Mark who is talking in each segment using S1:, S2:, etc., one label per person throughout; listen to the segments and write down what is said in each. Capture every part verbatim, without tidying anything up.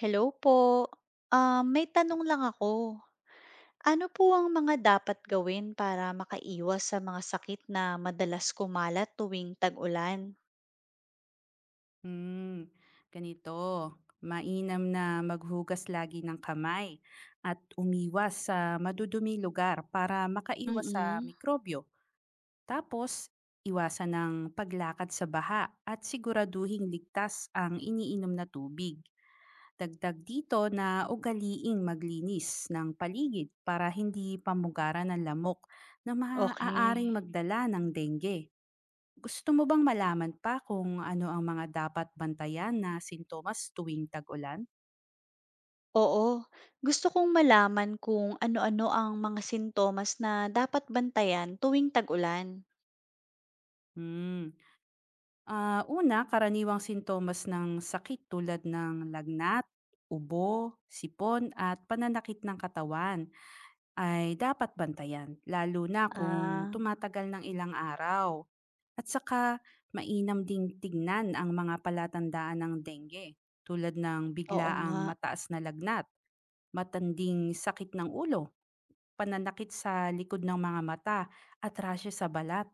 S1: Hello po. Ah, may tanong lang ako. Ano po ang mga dapat gawin para makaiwas sa mga sakit na madalas kumalat tuwing tag-ulan?
S2: Hmm, ganito. Mainam na maghugas lagi ng kamay at umiwas sa madudumi lugar para makaiwas sa
S1: Mm.
S2: mikrobyo. Tapos, iwasan ng paglakad sa baha at siguraduhing ligtas ang iniinom na tubig. Dagdag dito na ugaliing maglinis ng paligid para hindi pamugaran ng lamok na maaaring
S1: Okay.
S2: magdala ng dengue. Gusto mo bang malaman pa kung ano ang mga dapat bantayan na sintomas tuwing tag-ulan?
S1: Oo, gusto kong malaman kung ano-ano ang mga sintomas na dapat bantayan tuwing tag-ulan.
S2: Hmm. Ah, una, karaniwang sintomas ng sakit tulad ng lagnat, ubo, sipon at pananakit ng katawan ay dapat bantayan, lalo na kung
S1: Ah,
S2: tumatagal ng ilang araw. At saka, mainam ding tignan ang mga palatandaan ng dengue, tulad ng
S1: oo nga.
S2: biglaang mataas na lagnat, matanding sakit ng ulo. Pananakit sa likod ng mga mata at rashes sa balat.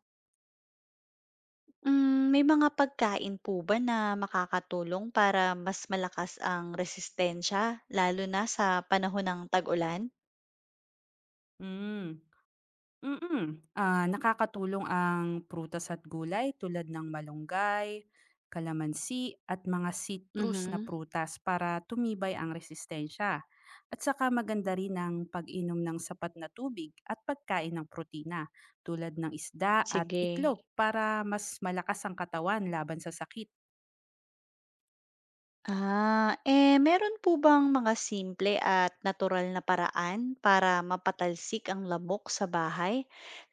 S1: Hmm, may mga pagkain po ba na makakatulong para mas malakas ang resistensya lalo na sa panahon ng tag-ulan?
S2: Hmm, mm. Mm-mm. Ah, nakakatulong ang prutas at gulay tulad ng malunggay, kalamansi at mga citrus na
S1: Mhm.
S2: prutas para tumibay ang resistensya. At saka maganda rin ang pag-inom ng sapat na tubig at pagkain ng protina tulad ng isda at
S1: Sige.
S2: itlog para mas malakas ang katawan laban sa sakit.
S1: Ah, eh meron po bang mga simple at natural na paraan para mapatalsik ang lamok sa bahay,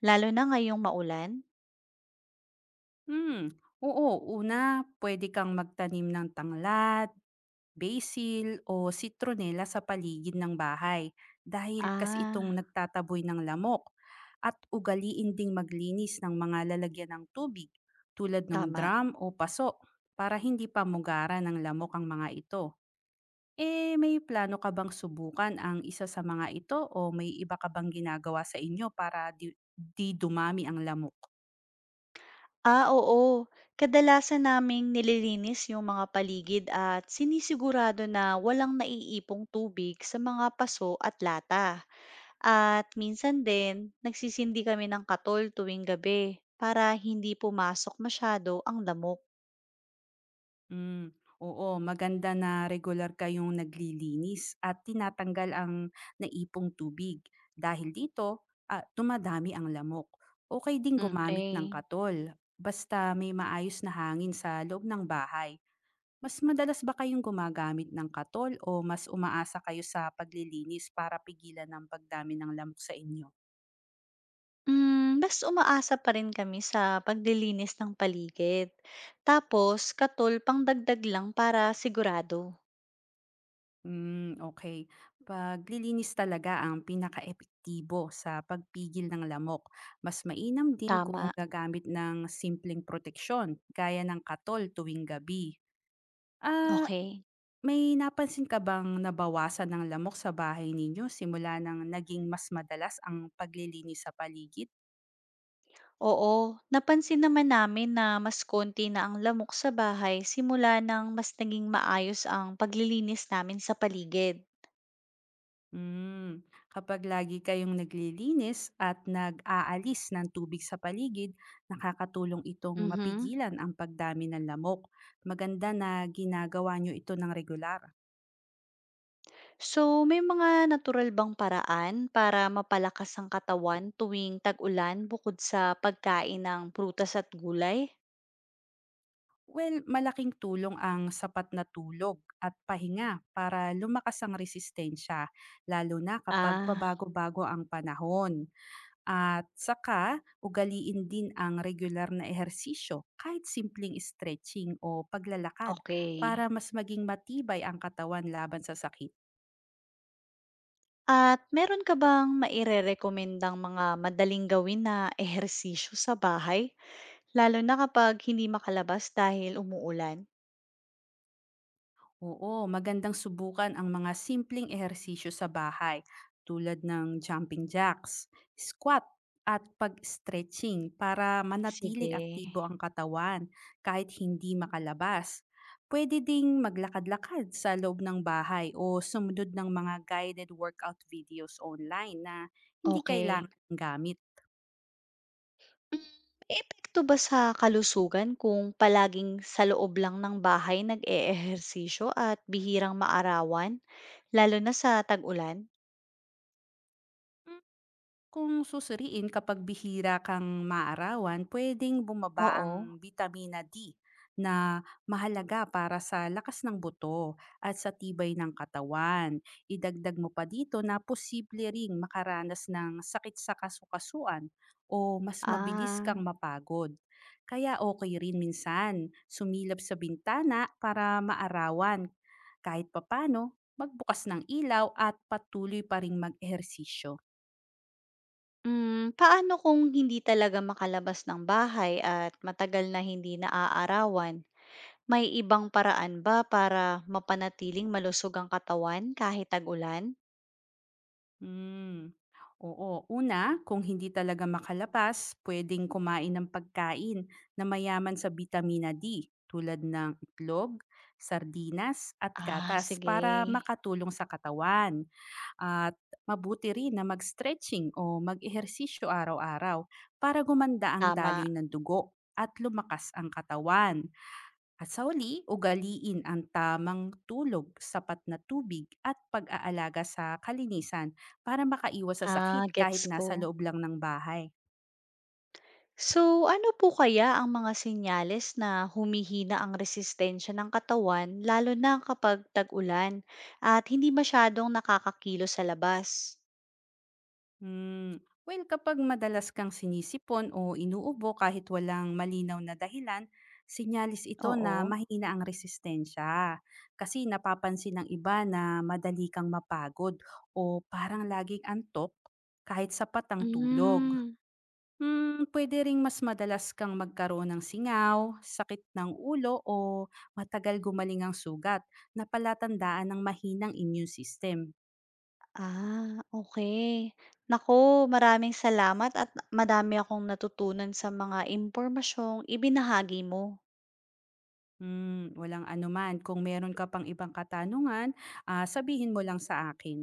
S1: lalo na ngayong maulan?
S2: Hmm. Oo, una, pwede kang magtanim ng tanglad, basil o citronella sa paligid ng bahay dahil kasi itong
S1: Ah,
S2: nagtataboy ng lamok at ugaliin ding maglinis ng mga lalagyan ng tubig tulad ng
S1: tama.
S2: drum o paso para hindi pamugaran ng lamok ang mga ito. Eh, may plano ka bang subukan ang isa sa mga ito o may iba ka bang ginagawa sa inyo para di, di dumami ang lamok?
S1: Ah, oo. Kadalasan naming nililinis yung mga paligid at sinisigurado na walang naiipong tubig sa mga paso at lata. At minsan din, nagsisindi kami ng katol tuwing gabi para hindi pumasok masyado ang lamok.
S2: Hmm, oo, maganda na regular kayong naglilinis at tinatanggal ang naipong tubig dahil dito, ah, tumadami ang lamok. Okey din
S1: Mm.
S2: gumamit ng
S1: Okay.
S2: katol basta may maayos na hangin sa loob ng bahay. Mas madalas ba kayong gumagamit ng katol o mas umaasa kayo sa paglilinis para pigilan ang pagdami ng lamok sa inyo?
S1: Hmm, mas umaasa pa rin kami sa paglilinis ng paligid. Tapos katol pangdagdag lang para sigurado.
S2: Hmm, okey. Paglilinis talaga ang pinaka epektibo sa pagpigil ng lamok. Mas mainam din kung
S1: Tama,
S2: gagamit ng simpleng proteksyon gaya ng katol tuwing gabi. Ah,
S1: okay.
S2: may napansin ka bang nabawasan ng lamok sa bahay ninyo simula nang naging mas madalas ang paglilinis sa paligid?
S1: Oo, napansin naman namin na mas konti na ang lamok sa bahay simula nang mas naging maayos ang paglilinis namin sa paligid.
S2: Hmm, kapag lagi kayong naglilinis at nag-aalis ng tubig sa paligid, nakakatulong itong
S1: Mhm.
S2: mapigilan ang pagdami ng lamok. Maganda na ginagawa nyo ito ng regular.
S1: So may mga natural bang paraan para mapalakas ang katawan tuwing tag-ulan bukod sa pagkain ng prutas at gulay?
S2: Well, malaking tulong ang sapat na tulog at pahinga para lumakas ang resistensya, lalo na kapag
S1: Ah,
S2: pabago-bago ang panahon. At saka, ugaliin din ang regular na ehersisyo, kahit simpleng stretching o paglalakad, para
S1: okay.
S2: mas maging matibay ang katawan laban sa sakit.
S1: At meron ka bang mairerekomendang mga madaling gawin na ehersisyo sa bahay? Lalo na kapag hindi makalabas dahil umuulan?
S2: Oo, magandang subukan ang mga simpleng ehersisyo sa bahay tulad ng jumping jacks, squat, at pag-stretching para
S1: Sige,
S2: manatiling aktibo ang katawan kahit hindi makalabas. Pwede ding maglakad-lakad sa loob ng bahay o sumunod ng mga guided workout videos online na hindi
S1: okay.
S2: kailangan ng gamit.
S1: Hmm, Epekto ba sa kalusugan kung palaging sa loob lang ng bahay nag-eehersisyo at bihirang maarawan, lalo na sa tag-ulan?
S2: Kung susuriin kapag bihira kang maarawan, pwedeng bumaba
S1: Oo,
S2: ang vitamina di na mahalaga para sa lakas ng buto at sa tibay ng katawan. Idagdag mo pa dito na posible ring makaranas ng sakit sa kasukasuan o mas mabilis
S1: ah.
S2: kang mapagod. Kaya okay rin minsan sumilap sa bintana para maarawan. Kahit papano, magbukas ng ilaw at patuloy pa ring mag-ehersisyo.
S1: Hmm, paano kung hindi talaga makalabas ng bahay at matagal na hindi naaarawan? May ibang paraan ba para mapanatiling malusog ang katawan kahit tag-ulan?
S2: Hmm, oo. Una, kung hindi talaga makalabas, pwedeng kumain ng pagkain na mayaman sa bitamina di tulad ng itlog, sardinas at
S1: Ah,
S2: gatas para
S1: sige.
S2: makatulong sa katawan. At mabuti rin na mag-stretching o mag-ehersisyo araw-araw para gumanda ang
S1: Tama.
S2: daloy ng dugo at lumakas ang katawan. At sa huli, ugaliin ang tamang tulog, sapat na tubig at pag-aalaga sa kalinisan para makaiwas sa sakit
S1: Ah,
S2: kahit
S1: gets ko.
S2: nasa loob lang ng bahay.
S1: So, ano po kaya ang mga senyales na humihina ang resistensya ng katawan lalo na kapag tag-ulan at hindi masyadong nakakakilos sa labas?
S2: Hmm. Well, kapag madalas kang sinisipon o inuubo kahit walang malinaw na dahilan, sinyalis ito na
S1: Oo.
S2: mahina ang resistensya. Kasi napapansin ng iba na madali kang mapagod o parang laging antok kahit sapat ang tulog.
S1: Hmm.
S2: Hmm, puwede ring mas madalas kang magkaroon ng singaw, sakit ng ulo o matagal gumaling ang sugat na palatandaan ng mahinang immune system.
S1: Ah, okay. Nako, maraming salamat at madami akong natutunan sa mga impormasyong ibinahagi mo.
S2: Hmm, walang anuman. Kung meron ka pang ibang katanungan, ah, sabihin mo lang sa akin.